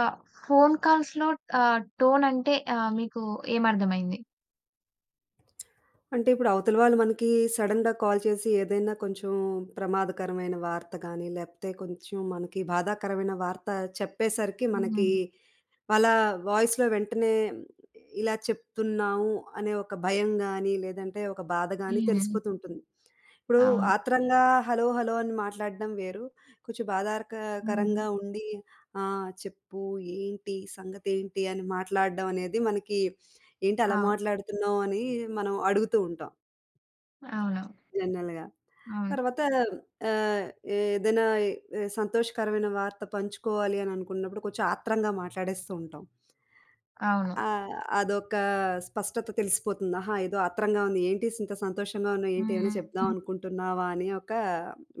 ఆ! Phone కాల్స్‌లో tone అంటే మీకు ఏమర్థమైంది? అంటే ఇప్పుడు అవతల వాళ్ళు మనకి సడెన్‌గా కాల్ చేసి ఏదైనా కొంచెం ప్రమాదకరమైన వార్త గాని, లేపోతే కొంచెం మనకి బాధాకరమైన వార్త చెప్పేసరికి మనకి హ్మ్. వాళ్ళ వాయిస్‌లో వెంటనే ఇలా చెప్తున్నాము అనే ఒక భయం గాని, లేదంటే ఒక బాధ గాని హ్మ్. తెలిసిపోతుంటుంది. ఇప్పుడు అవును. ఆత్రంగా హలో! హలో! అని మాట్లాడడం వేరు. కొంచెం హ్మ్. బాధారకరంగా ఉండి ఆ! చెప్పు ఏంటి సంగతేంటి అని మాట్లాడడం అనేది మనకి "ఏంటి అలా అవును. మాట్లాడుతున్నావు?" అని మనం అడుగుతూ ఉంటాం అవునవును. జనరల్‌గా. అవును. తర్వాత ఆహ్, ఏదైనా సంతోషకరమైన వార్త పంచుకోవాలి అని అనుకున్నప్పుడు కొంచెం ఆత్రంగా మాట్లాడేస్తూ ఉంటాం. అవును. ఆహ్, అదొక స్పష్టత తెలిసిపోతుంది. ఆహా! ఏదో ఆత్రంగా ఉంది. ఏంటి ఇంత సంతోషంగా ఉన్నావు? ఏంటి ఏమైనా చెప్దాం హ్మ్. అనుకుంటున్నావా? అనే ఒక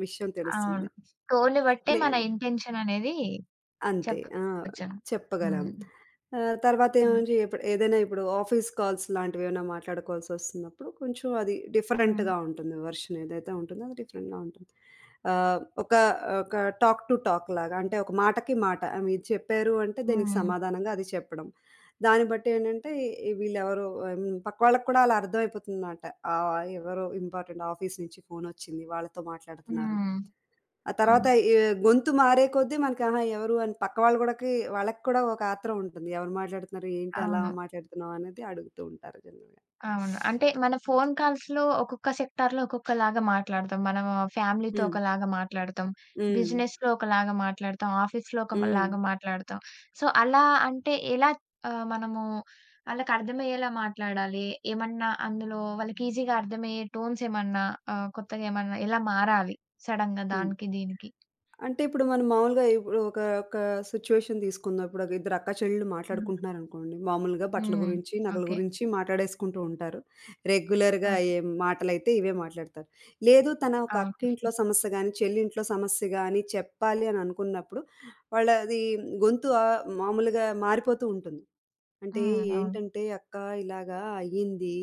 విషయం అవును. తెలుస్తుంది. టోన్‌ని బట్టే నే మన ఇంటెన్షన్ అనేది అంతే. ఆ! చెప్పొచ్చను. చెప్పగలం. హ్మ్. తర్వాత హ్మ్. ఏముంచి ఇప్పుడు ఏదైనా ఇప్పుడు ఆఫీస్ కాల్స్ లాంటివేమైనా మాట్లాడుకోవాల్సొస్తున్నప్పుడు కొంచెం అది హ్మ్. డిఫరెంట్‌గా ఉంటుంది. వెర్షన్ ఏదైతే ఉంటుందో అది డిఫరెంట్‌గా ఉంటుంది. ఒక ఒక టాక్ టు టాక్ లాగా అంటే ఒక మాటకి మాట మీరు చెప్పారు అంటే దానికి హ్మ్. సమాధానంగా అది చెప్పడం. దాన్ని బట్టి ఏంటంటే ఈ వీళ్ళెవరో పక్కోళ్ళకి కూడా అలా అర్థమైపోతుందన్నమాట. ఆహ్, ఎవరో ఇంపార్టెంట్ ఆఫీస్ నుంచి ఫోనొచ్చింది వాళ్ళతో మాట్లాడుతున్నారు. హ్మ్. ఆ తర్వాత అవును. ఈ గొంతు మారే కొద్దీ మనకి ఆహా! ఎవరు అని పక్క వాళ్ళు గూడాకి వాళ్ళకి కూడా ఒక ఆత్రం ఉంటుంది. ఎవరు మాట్లాడుతున్నారు? ఏంటి అలా అవును. మాట్లాడుతున్నావు? అనేది అడుగుతూ ఉంటారు జనరల్‌గా. అవును. అంటే మన ఫోను కాల్స్‌లో ఒక్కొక్క సెక్టార్‌లో ఒక్కొక్కలాగా మాట్లాడతాం. మనం ఫ్యామిలీతో హ్మ్. ఒకలాగా మాట్లాడతాం. హ్మ్. బిజినెస్‌లో ఒకలాగా మాట్లాడతాం. ఆఫీస్‌లో హ్మ్. ఒకలాగా మాట్లాడతాం. సో, అలా అంటే ఎలా మనము ఆళ్ళకర్థమయ్యేలా మాట్లాడాలి? ఏమన్నా అందులో వాళ్ళకి ఈజీగా అర్థమయ్యే టోన్స్ ఏమన్నా కొత్తగా ఏమన్నా ఎలా మారాలి? సడెన్‌గా హ్మ్. దానికి దీనికి? అంటే ఇప్పుడు మనం మామూలుగా ఇప్పుడు ఒక ఒక సిట్యుయేషన్ తీసుకుందాం. ఇప్పుడు ఒక ఇద్దరు అక్క చెల్లెళ్ళు హ్మ్. మాట్లాడుకుంటున్నారనుకోండి. మామూలుగా బట్టల హ్మ్. గురించి, నగల ఓకే. గురించి మాట్లాడేసుకుంటూ ఉంటారు. రెగ్యులర్‌గా ఓకే. అయ్యే మాటలైతే ఇవే మాట్లాడతారు. లేదు తన ఒక అవును. అక్కింట్లో సమస్య గాని, చెల్లింట్లో సమస్య గాని చెప్పాలి అని అనుకున్నప్పుడు వాళ్ళది గొంతు మామూలుగా మారిపోతూ ఉంటుంది. అంటే హ్మ్. అవును. ఏంటంటే, "అక్క ఇలాగా అయ్యింది"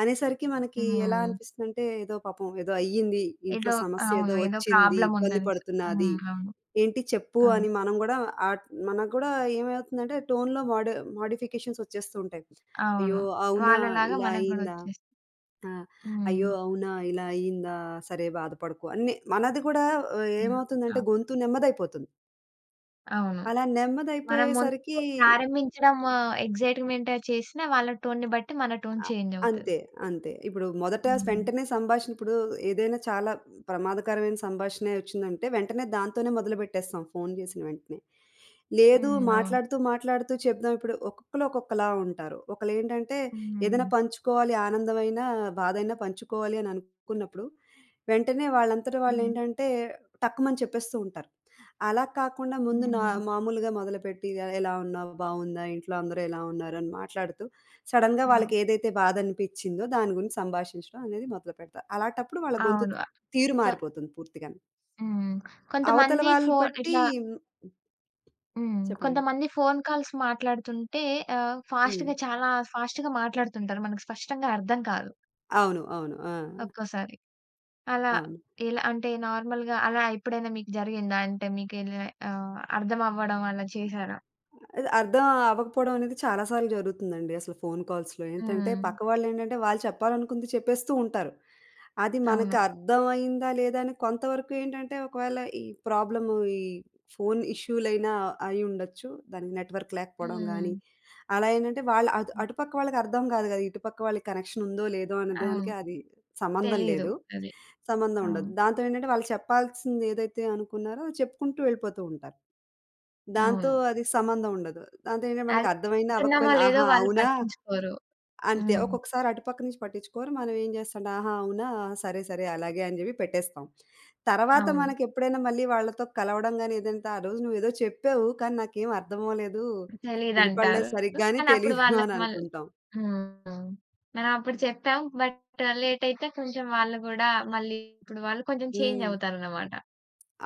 అనేసరికి మనకి ఎలా హ్మ్. అనిపిస్తుందంటే, ఏదో పాపం ఏదో అయ్యింది. ఇంట్లో ఏదో సమస్య ఏదో అవును. ఏదో వచ్చింది. ప్రాబ్లమ్ ఇబ్బంది ఉందనేసి. పడుతున్నాది. హ్మ్. అవును. ఏంటి చెప్పు అవును. అని మనం గూడా మనకు గూడా ఏమవుతుందంటే, టోన్‌లో మోడి మోడిఫికేషన్స్ వచ్చేస్తూ ఉంటాయి. "అయ్యో! అవును. అవునా! వాళ్ళలాగా ఇలా మనకు గూడా అయిందా? వచ్చేస్తుంది. ఆ! హ్మ్. అయ్యో! అవునా! ఇలా అయిందా? సరే బాధపడకు" అన్నీ మనది గూడా హ్మ్. ఏమవుతుందంటే అవ్ గొంతు నెమ్మదైపోతుంది. అవును. అలా మనం నెమ్మదైపోయేసరికి ముందు ప్రారంభించడం ఎక్సైట్‌మెంట్ చేసినా వాళ్ళ టోన్‌ని బట్టి మన టోన్ అ చేంజ్ అవుతది. అంతే. అంతే. ఇప్పుడు మొదట హ్మ్. వెంటనే సంభాషణ ఇప్పుడు ఏదైనా చాలా ప్రమాదకరమైన సంభాషణే వచ్చిందంటే, వెంటనే దాంతోనే మొదలుపెట్టేస్తాం ఫోను చేసిన వెంటనే. లేదు హ్మ్. అవును. మాట్లాడుతూ, మాట్లాడుతూ చెప్దాం ఇప్పుడు ఒక్కొక్కళ్ళు ఒక్కొక్కలా ఉంటారు. ఒకళ్ళేంటంటే ఏదైనా హ్మ్. పంచుకోవాలి ఆనందమైనా, బాధైనా పంచుకోవాలి అని అనుకున్నప్పుడు వెంటనే వాళ్ళంతట హ్మ్. వాళ్ళేంటంటే టక్కుమని చెప్పేస్తూ ఉంటారు. అలా కాకుండా ముందు నా హ్మ్. మామూలుగా మొదలుపెట్టి ఎలా ఉన్నావు? బావుందా? ఇంట్లో అందరూ ఎలా ఉన్నారు?" అని మాట్లాడుతూ సడెన్‌గా వాళ్ళకి అవును. ఏదైతే బాధనిపిచ్చిందో దాని గురించి సంభాషించడం అనేది మొదలుపెడతారు. అలాటప్పుడు వాళ్ళ గొంతు అవును. తీరు కొ మారిపోతుంది పూర్తిగాను. హ్మ్. అవతల కొంతమంది వాళ్ళు ఫో బట్టి ఇట్లా. ఉమ్, హ్మ్. చెప్పండి. కొంతమంది ఫోను కాల్స్ మాట్లాడుతుంటే హ్మ్. ఫాస్ట్‌గా చాలా ఫాస్ట్‌గా మాట్లాడుతుంటారు. మనకు స్పష్టంగా అర్థం కాదు అవును. అవును. ఆ! ఒక్కోసారి. అలా అవును. ఎలా అంటే నార్మల్‌గా అలా ఎప్పుడైనా మీకు జరిగిందా? అంటే మీకు ఇలా అర్థం అవ్వడం అలా చేశారా? అది అర్థం అవ్వకపోవడం అనేది చాలా సార్లు జరుగుతుందండి అసలు ఫోను కాల్స్‌లో. ఏంటంటే హ్మ్. పక్క వాళ్ళేంటంటే వాళ్ళు చెప్పాలనుకుంది చెప్పేస్తూ ఉంటారు. అది మనకు అవును. అర్థమయిందా లేదా అని కొంతవరకు ఏంటంటే ఒకవేళ ఈ ప్రాబ్లము ఈ ఫోను ఇష్యూలైనా అయి ఉండొచ్చు. దానికి నెట్‌వర్క్ లేకపోవడం హ్మ్. గానీ, అలా ఏంటంటే వాళ్ళు అటు అటుపక్క వాళ్ళకి అర్థం కాదు కదా! ఇటుపక్క వాళ్ళకి కనెక్షన్ ఉందో లేదో అనే అవును. దానికి అది సంబంధం తెలీదు. లేదు. అది. సంబంధం ఉండదు. అవును. దాంతో ఏంటంటే వాళ్ళు చెప్పాల్సింది ఏదైతే అనుకున్నారో అది చెప్పుకుంటూ వెళ్ళిపోతూ ఉంటారు. దాంతో అవును. అది సంబంధం ఉండదు. దాంతో ఏంటంటే మనకు అది అర్థమైనా, వింటున్నామో అవ్వకపోయినా లేదో ఆహా! వాళ్ళు అవునా? పట్టించుకోరు. అంతే. హ్మ్. ఒక్కొక్కసారి అటుపక్క నుంచి పట్టించుకోరు. మనం ఏం చేస్తాం ఆహా! అవునా! ఆ, సరే, సరే అలాగే అని చెప్పి పెట్టేస్తాం. తర్వాత అవును. మనకెప్పుడైనా మళ్ళీ వాళ్ళతో కలవడం గాని ఏదంటే, "ఆ రోజు నువ్వేదో చెప్పావు కానీ నాకేం అర్థమవ్వలేదు. తెలీదంటారు. వినపడలేదు సరిగ్గా అని కానీ అప్పుడు తెలీదు" అని వాళ్ళకి మళ్ళీ అనుకుంటాం. హ్మ్. మనం అప్పుడు చెప్పాం. బట్ లేట్ అయితే కొంచెం వాళ్ళు గూడా మళ్ళీ ఇప్పుడు వాళ్ళు కొంచెం చేంజ్ హ్మ్. అవుతారన్నమాట.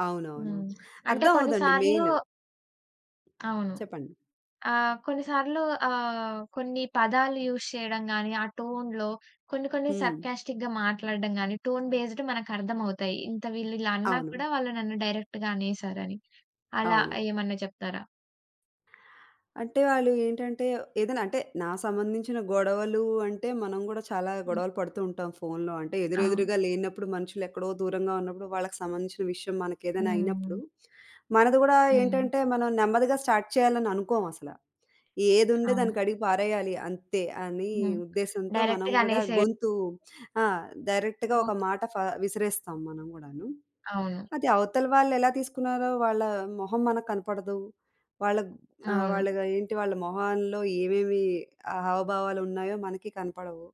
అవునవునవును. హ్మ్. అంటే అర్థం కొన్ని అవ్వదండి సార్లు మెయిన్. అవును. చెప్పండి. కొన్నిసార్లు కొన్ని పదాలు యూజ్ చేయడం గాని, ఆ టోన్‌లో కొన్ని కొన్ని హ్మ్. సర్కాస్టిక్‌గా మాట్లాడడం గాని, టోన్ బేస్డ్ మనకర్థమవుతాయి. ఇంత వీళ్ళు ఇలా అన్నా అవును. కూడా వాళ్ళు నన్ను డైరెక్ట్‌గా అనేసారని. అలా అవును. ఏమన్నా చెప్తారా? అంటే వాళ్ళు ఏంటంటే, ఏదైనా అంటే నా సంబంధించిన గొడవలు అంటే, మనం గూడా చాలా హ్మ్. గొడవలు పడుతూ ఉంటాం ఫోనులో. అంటే ఆ! ఎదురెదురుగా లేనప్పుడు, మనుషులెక్కడో దూరంగా ఉన్నప్పుడు, వాళ్ళకి సంబంధించిన విషయం మనకేదైనా హ్మ్. అయినప్పుడు, మనది గూడా హ్మ్. ఏంటంటే, మనం నెమ్మదిగా స్టార్ట్ చేయాలని అనుకోమసల. ఏదుంటే దాన్ని అవును. కడిగి పారేయాలి అంతే అని హ్మ్. ఉద్దేశంతో మనం డైరెక్ట్‌గా గూడా అనేసేయడం. గొంతు ఆ! డైరెక్ట్‌గా అవును. ఒక మాట విసిరేస్తాం మనం గూడాను. అది అవతల వాళ్ళెలా తీసుకున్నారో వాళ్ళ మొహం మనకు కనపడదు. వాళ్ళ ఆహ్, అవును. వాళ్ళ ఏంటి వాళ్ళ మొహాల్లో ఏమేమి ఆ హావభావాలున్నాయో మనకి కనపడవు.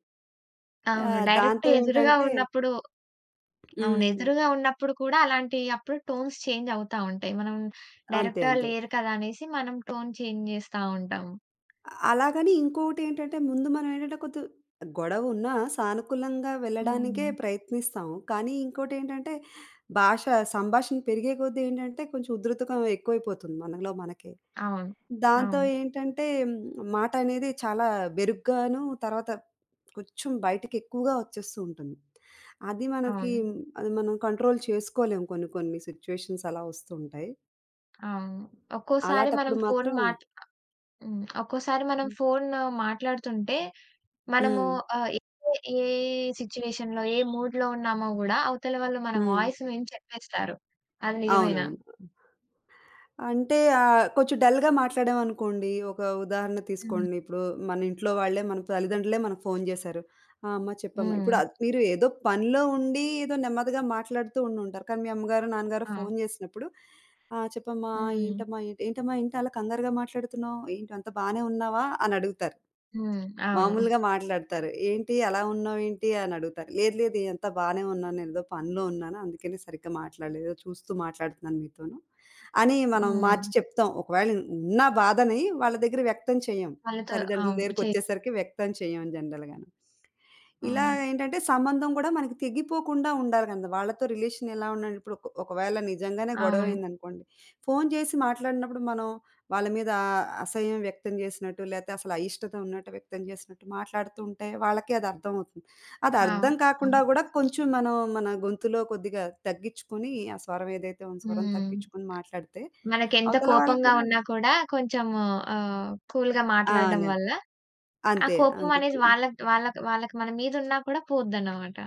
అవును. డైరెక్ట్ దాంతో ఎదురుగా ఏంటంటే ఉన్నప్పుడు అవును. హ్మ్. ఎదురుగా ఉన్నప్పుడు కూడా అలాంటి అప్పుడు టోన్స్ చేంజ్ అవుతా ఉంటాయి. మనం అంతే. డైరెక్ట్‌గా అంతే. లేరు కదా! అనేసి మనం టోన్ చేంజ్ చేస్తా ఉంటాము. అలాగని ఇంకొకటేంటంటే ముందు మనం ఏంటంటే కొంచెం గొడవున్నా సానుకూలంగా వెళ్ళడానికే హ్మ్. ప్రయత్నిస్తాం. కానీ ఇంకోటేంటంటే భాష సంభాషణ పెరిగే కొద్దీ ఏంటంటే కొంచెం ఉధృతకం ఎక్కువైపోతుంది మనలో మనకే. అవును. దాంతో అవును. ఏంటంటే మాటనేది చాలా బెరుగ్గాను, తర్వాత కొంచెం బయటికెక్కువగా వచ్చేస్తూ ఉంటుంది. అది మనకి అవును. అది మనం కంట్రోల్ చేసుకోలేం కొన్ని కొన్ని సిట్యుయేషన్స్ అలా వస్తూ ఉంటాయి. అవును. ఒక్కోసారి మనం అలాటప్పుడు ఫోను మాత్రం హ్మ్. ఒక్కోసారి మనం ఫోను మాట్లాడుతుంటే మనము హ్మ్. ఏ ఏ సిట్యుయేషన్‌లో, ఏ మూడ్‌లో ఉన్నామో గూడా అవతల వాళ్ళు మన హ్మ్. వాయిస్ విని చెప్పేస్తారు. అది నిజమేనా? అవునవును. అంటే కొంచెం డల్‌గా మాట్లాడామనుకోండి, ఒక ఉదాహరణ హ్మ్. తీసుకోండి. ఇప్పుడు మన ఇంట్లో వాళ్ళే, మన తల్లిదండ్రులే మనకు ఫోను జేశారు. "ఆ! అమ్మ చెప్పమ్మా." హ్మ్. ఇప్పుడు మీరు ఏదో పనిలో ఉండి, ఏదో నెమ్మదిగా మాట్లాడుతూ ఉండుంటారు. కానీ మీ అమ్మగారు, నాన్నగారు అవును. ఫోను జేసినప్పుడు, "ఆ! చెప్పమ్మా, హ్మ్. ఏంటమ్మా ఏంటి అలా కంగారుగా మాట్లాడుతున్నావు? ఏంటి అంతా బానే ఉన్నావా?" అని అడుగుతారు. హ్మ్. అవును. మామూలుగా మాట్లాడతారు. "ఏంటి అలా ఉన్నావు ఏంటి?" అని అడుగుతారు. లేదు లేదు అంతా బానే ఉన్నాను. నేనేదో పనిలో ఉన్నాను. అందుకని సరిగ్గా మాట్లాడలేదు. ఏదో చూస్తూ మాట్లాడుతున్నాను మీతోను" అని మనం హ్మ్. మార్చి చెప్తాం. ఒకవేళ ఉన్న బాధని వాళ్ళ దగ్గర వ్యక్తం చేయం. వాళ్ళతో తల్లిదండ్రుల అవును. దగ్గరికొచ్చేసరికి వ్యక్తం చేయం జనరల్‌గాను. ఇలా అవును. ఏంటంటే సంబంధం గూడా మనకి తెగిపోకుండా ఉండాలి గదా! వాళ్ళతో రిలేషన్ ఎలా ఉండాలి ఇప్పుడు ఒకవేళ నిజంగానే అవును. గొడవయిందనుకోండి, ఫోన్ చేసి మాట్లాడినప్పుడు మనం వాళ్ళ మీద అసహ్యం వ్యక్తం చేసినట్టు, లేతే అసలు అయిష్టత ఉన్నట్టు వ్యక్తం చేసినట్టు మాట్లాడుతూ ఉంటే వాళ్ళకి అది అర్థమవుతుంది. అది అర్థం అవును. కాకుండా అవును. గూడా కొంచెం మనం మన గొంతులో కొద్దిగా తగ్గించుకొని, ఆ స్వరం ఏదైతే ఉంది స్వరం హ్మ్. తగ్గించుకొని మాట్లాడితే మనకెంత అవతల వాళ్ళు కోపంగా కూడా ఉన్నా కూడా కొంచెము కూల్‌గా ఆ! మాట్లాడడం న వల్ల ఆ అంతే. కోపం అంతే. అనేది వాళ్ళకి వాళ్ళకి వాళ్ళకి మన మీద ఉన్నా కూడా పోద్దన్నమాట.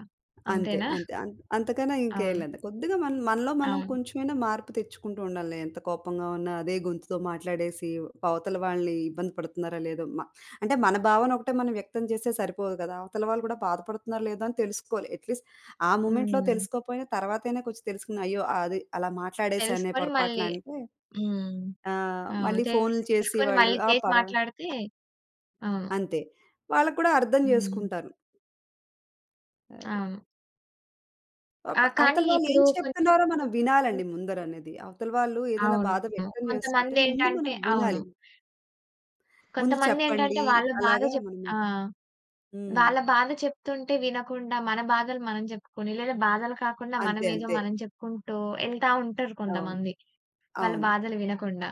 అంతే. అంతేనా? అంతే. అంతకన్నా ఇంకేం అవును. లేదు. కొద్దిగా మనలో మనం అవును. కొంచెమైనా మార్పు తెచ్చుకుంటూ ఉండాలి. ఎంత కోపంగా ఉన్నా అదే గొంతుతో మాట్లాడేసి అవతల వాళ్ళని ఇబ్బంది పడుతున్నారా లేదో అంటే మన భావన ఒకటే మనం వ్యక్తం చేస్తే సరిపోదు కదా! అవతల వాళ్ళు కూడా బాధపడుతున్నారో లేదో అని తెలుసుకోవాలి. అట్‌లీస్ట్ ఆ మొమెంట్‌లో హ్మ్. తెలుసుకోకపోయినా తర్వాతైనా కొంచెం తెలుసుకుని అయ్యో! అది అలా మాట్లాడేశానే తెలుసుకొని పొరపాటున మళ్ళీ అంటే హ్మ్. అవును. మళ్ళీ ఫోన్‌లు చేసి తెలుసుకొని వాళ్ళు మళ్ళీ ఆ! చేసి మాట్లాడితే అవును. అంతే. వాళ్ళకి కూడా అర్థం హ్మ్. చేసుకుంటారు. అది. అవును. ఆ! అవతల కానీ వాళ్ళు ఏం ఇప్పుడు కొంచెం చెప్తున్నారో మనం కొంచెం వినాలండి ముందరనేది. అవతల వాళ్ళు ఏదైనా బాధ అవును. వ్యక్తం చేస్తుంటే ముందు కొంతమందేంటంటే మనం అవును. వినాలి. ముందు కొంతమందేంటంటే చెప్పండి. వాళ్ళ బాధ అలాగా మనము ఆ! హ్మ్. వాళ్ళ బాధ చెప్తుంటే వినకుండా, మన బాధలు మనం చెప్పుకొని, లేదా బాధలు కాకుండా అంతే. మనమేదో అంతే. మనం చెప్పుకుంటూ ఎళ్తా ఉంటారు అవును. కొంతమంది. వాళ్ళ అవును. బాధలు వినకుండా.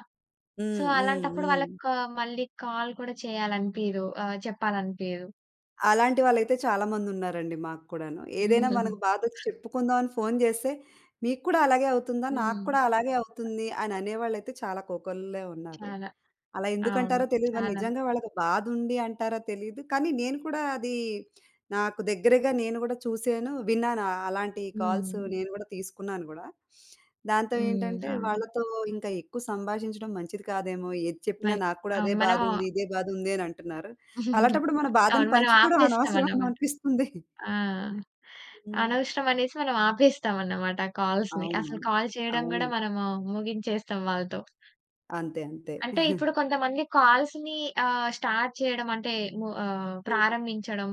సో, హ్మ్. హ్మ్. అలాంటప్పుడు హ్మ్. వాళ్ళకి మళ్ళీ కాల్ కూడా చేయాలనిపియదు. చెప్పాలనిపియదు. అలాంటి వాళ్ళైతే చాలా మందున్నారండి మాకు కూడాను. ఏదైనా మనకు బాధొచ్చి చెప్పుకుందాం అని ఫోను చేస్తే, "మీకు కూడా అలాగే అవుతుందా? నాకు హ్మ్. కూడా అలాగే అవుతుంది" అని అనేవాళ్ళైతే చాలా కోకొల్లే ఉన్నారు. చాలా. అలా అవును. ఎందుకంటారో తెలీదు. మరి చాలా. నిజంగా వాళ్ళకి బాధుండి అంటారో తెలీదు. కానీ నేను కూడా అది నాకు దగ్గరగా నేను గూడా చూసాను, విన్నాను. అలాంటి కాల్స్ హ్మ్. నేను గూడా తీసుకున్నాను గూడా. దాంతో హ్మ్. ఏంటంటే అవును. వాళ్ళతో ఇంకా ఎక్కువ సంభాషించడం మంచిది కాదేమో! ఏది చెప్పినా మన్ నాకు కూడా అదే అవును. మనం బాధుంది, ఇదే బాధుంది అని అంటున్నారు. అలాంటప్పుడు మన బాధను అవును. మనం పంచుకోవడం అనవసరమేమో ఆపేస్తామన్నమాట. అనిపిస్తుంది. ఆ! హ్మ్. అనవసరం అనేసి మనం ఆపేస్తామన్నమాట ఆ కాల్స్‌ని. అసలు అవునవును. కాల్ అవును. చేయడం గూడా అవును, మనము ముగించేస్తాం వాళ్ళతో. అంతే. అంతే. అంటే ఇప్పుడు కొంతమంది కాల్స్‌ని స్టార్ట్ చేయడం అంటే హ్మ్. ప్రారంభించడం,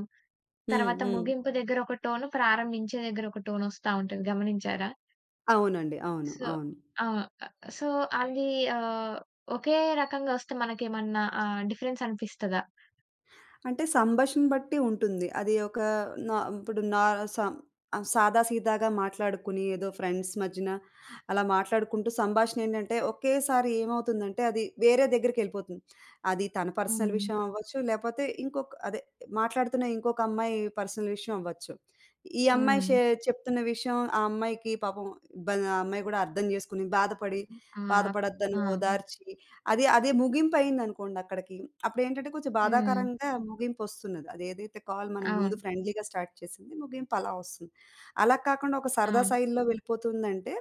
హ్మ్. తర్వాత హ్మ్. ముగింపు దగ్గర ఒక టోన్, ప్రారంభించే దగ్గర ఒక టోన్ ఒస్తా ఉంటది గమనించారా? అవునండి. అవును. సో అవును. ఆ! సో, అది ఆహ్, ఒకే రకంగా ఒస్తే మనకేమన్నా డిఫరెన్స్ అనిపిస్తదా? అంటే సంభాషణ బట్టి ఉంటుంది. అది ఒక నా ఇప్పుడు నా సం సాదా సీదాగా మాట్లాడుకుని ఏదో ఫ్రెండ్స్ మధ్యన అలా మాట్లాడుకుంటూ సంభాషణ ఏంటంటే ఒకేసారి ఏమవుతుందంటే అది వేరే దగ్గరికెళ్ళిపోతుంది. అది తన పర్సనల్ హ్మ్. విషయం అవ్వచ్చు, లేపోతే ఇంకొక అదే మాట్లాడుతున్న ఇంకొక అమ్మాయి పర్సనల్ విషయం అవ్వచ్చు. ఈ అమ్మాయి హ్మ్. షే చెప్తున్న విషయం ఆ అమ్మాయికి పాపం ఆ అమ్మాయి గూడా అర్థం జేసుకొని బాధపడి, ఆ! బాధపడొద్దని ఆ! ఓదార్చి అది అదే ముగింపు అయిందనుకోండి అక్కడికి. అప్పుడేంటంటే కొంచెం హ్మ్. బాధాకరంగా ముగింపొస్తున్నది. అదేదైతే కాల్ మనం ముందు అవును. ఫ్రెండ్లీగా స్టార్ట్ చేసింది, ముగింపు అలా వస్తుంది. అలా కాకుండా ఒక సరదా అవును. శైలిలో వెళ్ళిపోతుందంటే,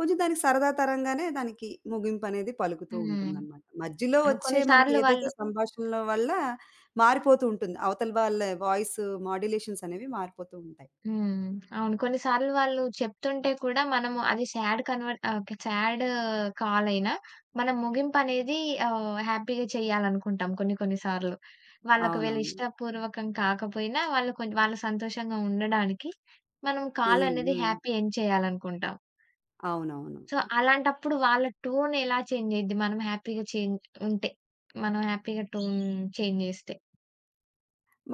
కొంచెం దానికి సరదా తరంగానే దానికి ముగింపనేది పలుకుతూ హ్మ్. ఉంటుందనమాట. మధ్యలో హ్మ్. వచ్చే కొన్ని మనకి సార్లు ఏదైతే వాళ్ళు సంభాషణల వల్ల మారిపోతూ ఉంటుంది. అవతల వాళ్ళ వాయిస్ మోడ్యులేషన్స్ అనేవి మారిపోతూ ఉంటాయి. హ్మ్. అవును. కొన్ని సార్లు వాళ్ళు చెప్తుంటే కూడా మనము అది సాడ్ ఓకే. సాడ్ కాల్ అయినా మనం ముగింపనేది హ్యాపీగా చేయాలనుకుంటాం కొన్ని కొన్ని సార్లు. వాళ్ళొకవేళ అవునవును. ఇష్టపూర్వకం కాకపోయినా వాళ్ళు సంతోషంగా ఉండడానికి మనం కాల్ హ్మ్. అనేది హ్మ్. హ్యాపీ ఎండ్ చేయాలనుకుంటాం. అవునవును. సో, అలాంటప్పుడు వాళ్ళ టోన్ ఎలా చేంజ్ అయ్యిద్ది మనం హ్యాపీగా చేంజ్ ఉంటే? మనం హ్యాపీగా టోన్ చేంజ్ చేస్తే?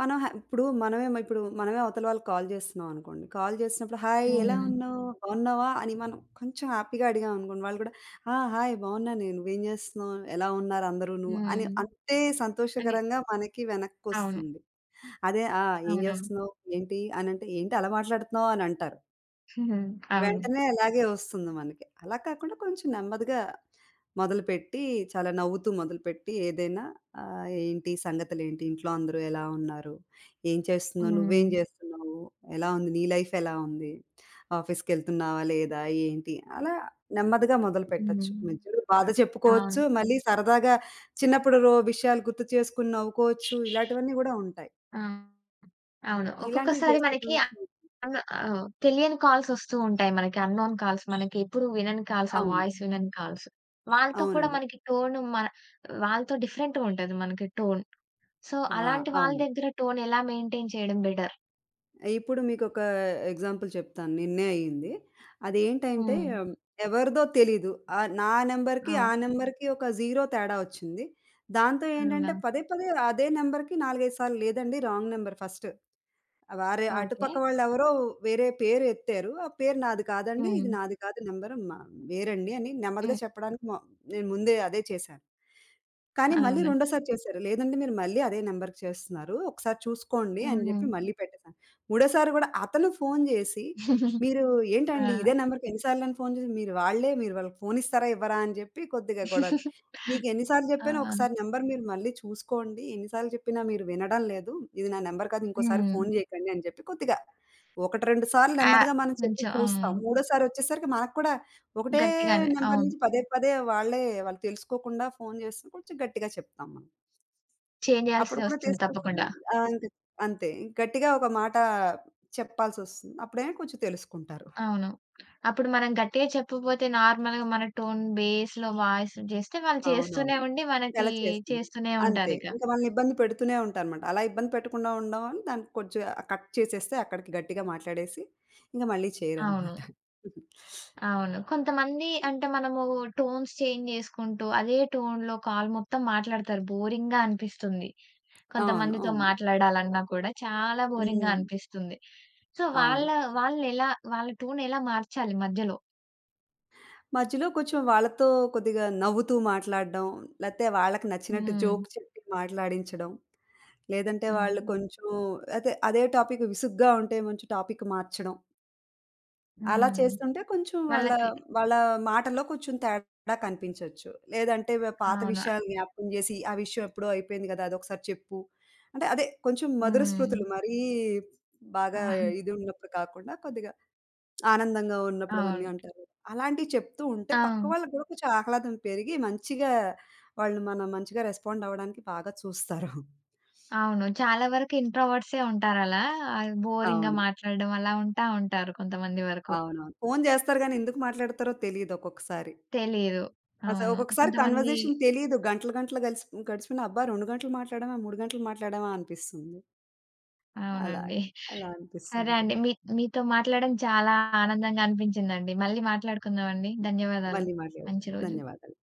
మనం హ ఇప్పుడు మనమే మ ఇప్పుడు మనమే అవతల వాళ్ళకి కాల్ చేస్తున్నాం అనుకోండి. కాల్ చేసినప్పుడు హాయ్ ఎలా హ్మ్. ఉన్నావు? బాగున్నావా? అని మనం కొంచెం హ్యాపీగా అడిగామనుకోండి. వాళ్ళు కూడా ఆ! హాయ్ బాగున్నాను నేను. నువ్వేం చేస్తున్నావు? ఎలా ఉన్నారు అందరూను? అని హ్మ్. అంతే అని సంతోషకరంగా మనకి అవును. వెనక్కొస్తుంది. అదే ఆ! ఏం అవునవును. చేస్తున్నావు? ఏంటి? అనంటే ఏంటి అలా మాట్లాడుతున్నావు? అని అంటారు. హుహు. అవును. వెంటనే అలాగే వస్తుంది మనకి. అలా కాకుండా కొంచెం నెమ్మదిగా మొదలుపెట్టి చాలా నవ్వుతూ మొదలుపెట్టి ఏదైనా ఏంటి సంగతులేంటి? ఇంట్లో అందరూ ఎలా ఉన్నారు? ఏం చేస్తున్నావు? నువ్వేం హ్మ్. చేస్తున్నావు? ఎలా ఉంది? నీ లైఫ్ ఎలా ఉంది? ఆఫీస్‌కెళ్తున్నావా? లేదా? ఏంటి? అలా నెమ్మదిగా హ్మ్. మొదలుపెట్టొచ్చు. మధ్యలో బాధ అవును. చెప్పుకోవచ్చు. మళ్ళీ సరదాగా చిన్నప్పుడు రో విషయాలు గుర్తు చేసుకొని నవ్వుకోవచ్చు. ఇలాంటివన్నీ గూడా ఉంటాయి. ఆ! అవును. ఇలాంటివి ఒక్కొక్కసారి చేసుకుంటూ మనకి ఉంటే- తెలియని కాల్స్ ఒస్తూ ఉంటాయి మనకి. అన్‌నోన్ కాల్స్ మనకి ఎప్పుడు వినని కాల్స్. ఆ అవును. వాయిస్ వినని కాల్స్. వాళ్ళతో కూడా అవునండి. మనకి టోన్ వాళ్ళతో డిఫరెంట్‌గా ఉంటది మనకి టోన్. సో, ఆ! అలాంటి వాళ్ళ అవును. దగ్గర టోన్ ఎలా మెయింటైన్ చేయడం బెటర్? ఇప్పుడు మీకొక ఎగ్జాంపుల్ చెప్తాను. నిన్నే అయింది. అదేంటంటే హ్మ్. ఎవరిదో తెలీదు. నా నంబర్‌కి, ఆ అవు నంబర్‌కి ఒక జీరో తేడా వచ్చింది. దాంతో ఏంటంటే అవునా? పదే పదే అదే నంబర్‌కి 4, 5 సార్లు లేదండి రాంగ్ నంబర్ ఫస్ట్ వారి ఓకే. అటుపక్క వాళ్ళెవరో వేరే పేరు ఎత్తారు. ఆ పేరు నాది కాదండి. హ్మ్. ఇది నాది కాదు నంబరు మా వేరండి అని నెమ్మదిగా హ్మ్. చెప్పడానికి నేను ముందే అదే చేశాను. కానీ మళ్ళీ అవునా? రెండోసారి చేశారు. లేదండి మీరు మళ్ళీ అదే నంబర్‌కి చేస్తున్నారు. ఒకసారి చూసుకోండి అని హ్మ్. జెప్పి మళ్ళీ పెట్టేసాను. మూడోసారి గూడా అతను ఫోను జేసి, "మీరు ఏంటండి ఆ! ఇదే నంబర్‌కి ఎన్ని సార్లని ఫోను చేసి మీరు వాళ్ళకి ఫోను ఇస్తారా? ఇవ్వరా?" అని జెప్పి కొద్దిగా గొడవ మీకెన్ని సార్లు ఆ! జెప్పానో ఒకసారి నంబర్ మీరు మళ్ళీ చూసుకోండి. ఎన్ని సార్లు చెప్పినా మీరు వినడం లేదు. ఇది నా నంబర్ కాదు ఇంకోసారి హ్మ్. ఫోను జేయకండి అని చెప్పి కొద్దిగా 1, 2 సార్లు ఆ! నెమ్మదిగా మనం చెప్పి కొంచెం ఆ! చూస్తాం. మూడోసారి వచ్చేసరికి మనకు కూడా ఒకటే గట్టిగానే. నంబర్ అవును. నుంచి పదే పదే వాళ్ళు తెలుసుకోకుండా ఫోను చేస్తే కొంచెం గట్టిగా చెప్తాం మనం. చేంజ్ అప్పుడు కూడా జేయాల్సిదొస్తుంది తీసుకోకపోతే తప్పకుండా. ఆ! అంతే. అంతే. గట్టిగా ఒక మాట చెప్పాల్సొస్తుంది. అప్పుడే కొంచెం తెలుసుకుంటారు. హ్మ్. అవును. అప్పుడు మనం గట్టిగా చెప్పకపోతే నార్మల్‌గా మన టోన్ బేస్‌లో వాయిస్ జేస్తే వాళ్ళు అవునవును. చేస్తూనే ఉండి మనకి ఇంకలా చేస్తుంది. చేస్తూనే అంతే. ఉంటారిక. ఇంక వాళ్ళని ఇబ్బంది పెడుతూనే ఉంటానమాట. అలా ఇబ్బంది పెట్టకుండా ఉండమని దాన్ని కొంచెం కట్ చేసేస్తే అక్కడికి గట్టిగా మాట్లాడేసి ఇంక మళ్ళీ అవును. చేయరనమాట. అవును. కొంతమంది అంటే మనము టోన్స్ చేంజ్ జేసుకుంటూ అదే టోన్‌లో కాల్ మొత్తం మాట్లాడతారు. బోరింగ్‌గా అనిపిస్తుంది. అవును. కొంతమందితో అవును. మాట్లాడాలన్నా కూడా చాలా బోరింగ్‌గా హ్మ్. అనిపిస్తుంది. సో, అవును. వాళ్ళెలా వాళ్ళ టోన్ ఎలా మార్చాలి మధ్యలో? మధ్యలో కొంచెం వాళ్ళతో కొద్దిగా నవ్వుతూ మాట్లాడడం, లేతే వాళ్ళకి నచ్చినట్టు హ్మ్. జోక్ చెప్పి మాట్లాడించడం, లేదంటే వాళ్ళు అవును. కొంచెం అదే అదే టాపిక్ విసుగ్గా ఉంటే కొంచెం టాపిక్ మార్చడం. అలా హ్మ్. చేస్తుంటే కొంచెం వాళ్ళ, వాళ్ళకి వాళ్ళ మాటల్లో కొంచెం తేడా కనిపించొచ్చు. లేదంటే పాత అవును. విషయాలు జ్ఞాపకం జేసి, "ఆ విషయం ఎప్పుడో అయిపోయింది గదా! అదొకసారి చెప్పు." అంటే అదే కొంచెం మధుర హ్మ్. స్మృతులు మరీ బాగా అవును. ఇది ఉన్నప్పుడు కాకుండా కొద్దిగా ఆనందంగా ఉన్నప్పుడు అవన్నీ అవును. అంటారు. అలాంటివి చెప్తూ ఉంటే పక్క అవును. వాళ్ళకి గూడా కొంచెం ఆహ్లాదం పెరిగి మంచిగా వాళ్ళు మనం మంచిగా రెస్పాండ్ అవ్వడానికి బాగా చూస్తారు. అవును. చాలా వరకు ఇంట్రోవర్ట్సే ఉంటారలా. బోరింగ్‌గా అవును. మాట్లాడడం అలా ఉంటా ఉంటారు కొంతమంది వరకు. అవునవును. ఫోను జేస్తారు గానీ ఎందుకు మాట్లాడతారో తెలీదు ఒక్కొక్కసారి. తెలీదు. అసలు అవును. ఒక్కొక్కసారి కొంతమంది కన్వర్జేషన్ తెలీదు. గంటలు గంటలు గలిసి గడిచిపోయిన అబ్బా! 2 గంటలు మాట్లాడామా, 3 గంటలు మాట్లాడామా అనిపిస్తుంది. అలా అవునండి. అలా అనిపిస్తూ సరే అండి. ఉంటుంది. మీతో మాట్లాడడం చాలా ఆనందంగా అనిపించిందండి. మళ్ళీ మాట్లాడుకుందామండి. ధన్యవాదాలు. మళ్ళీ మాట్లాడదాం. మంచి రోజు. ధన్యవాదాలు.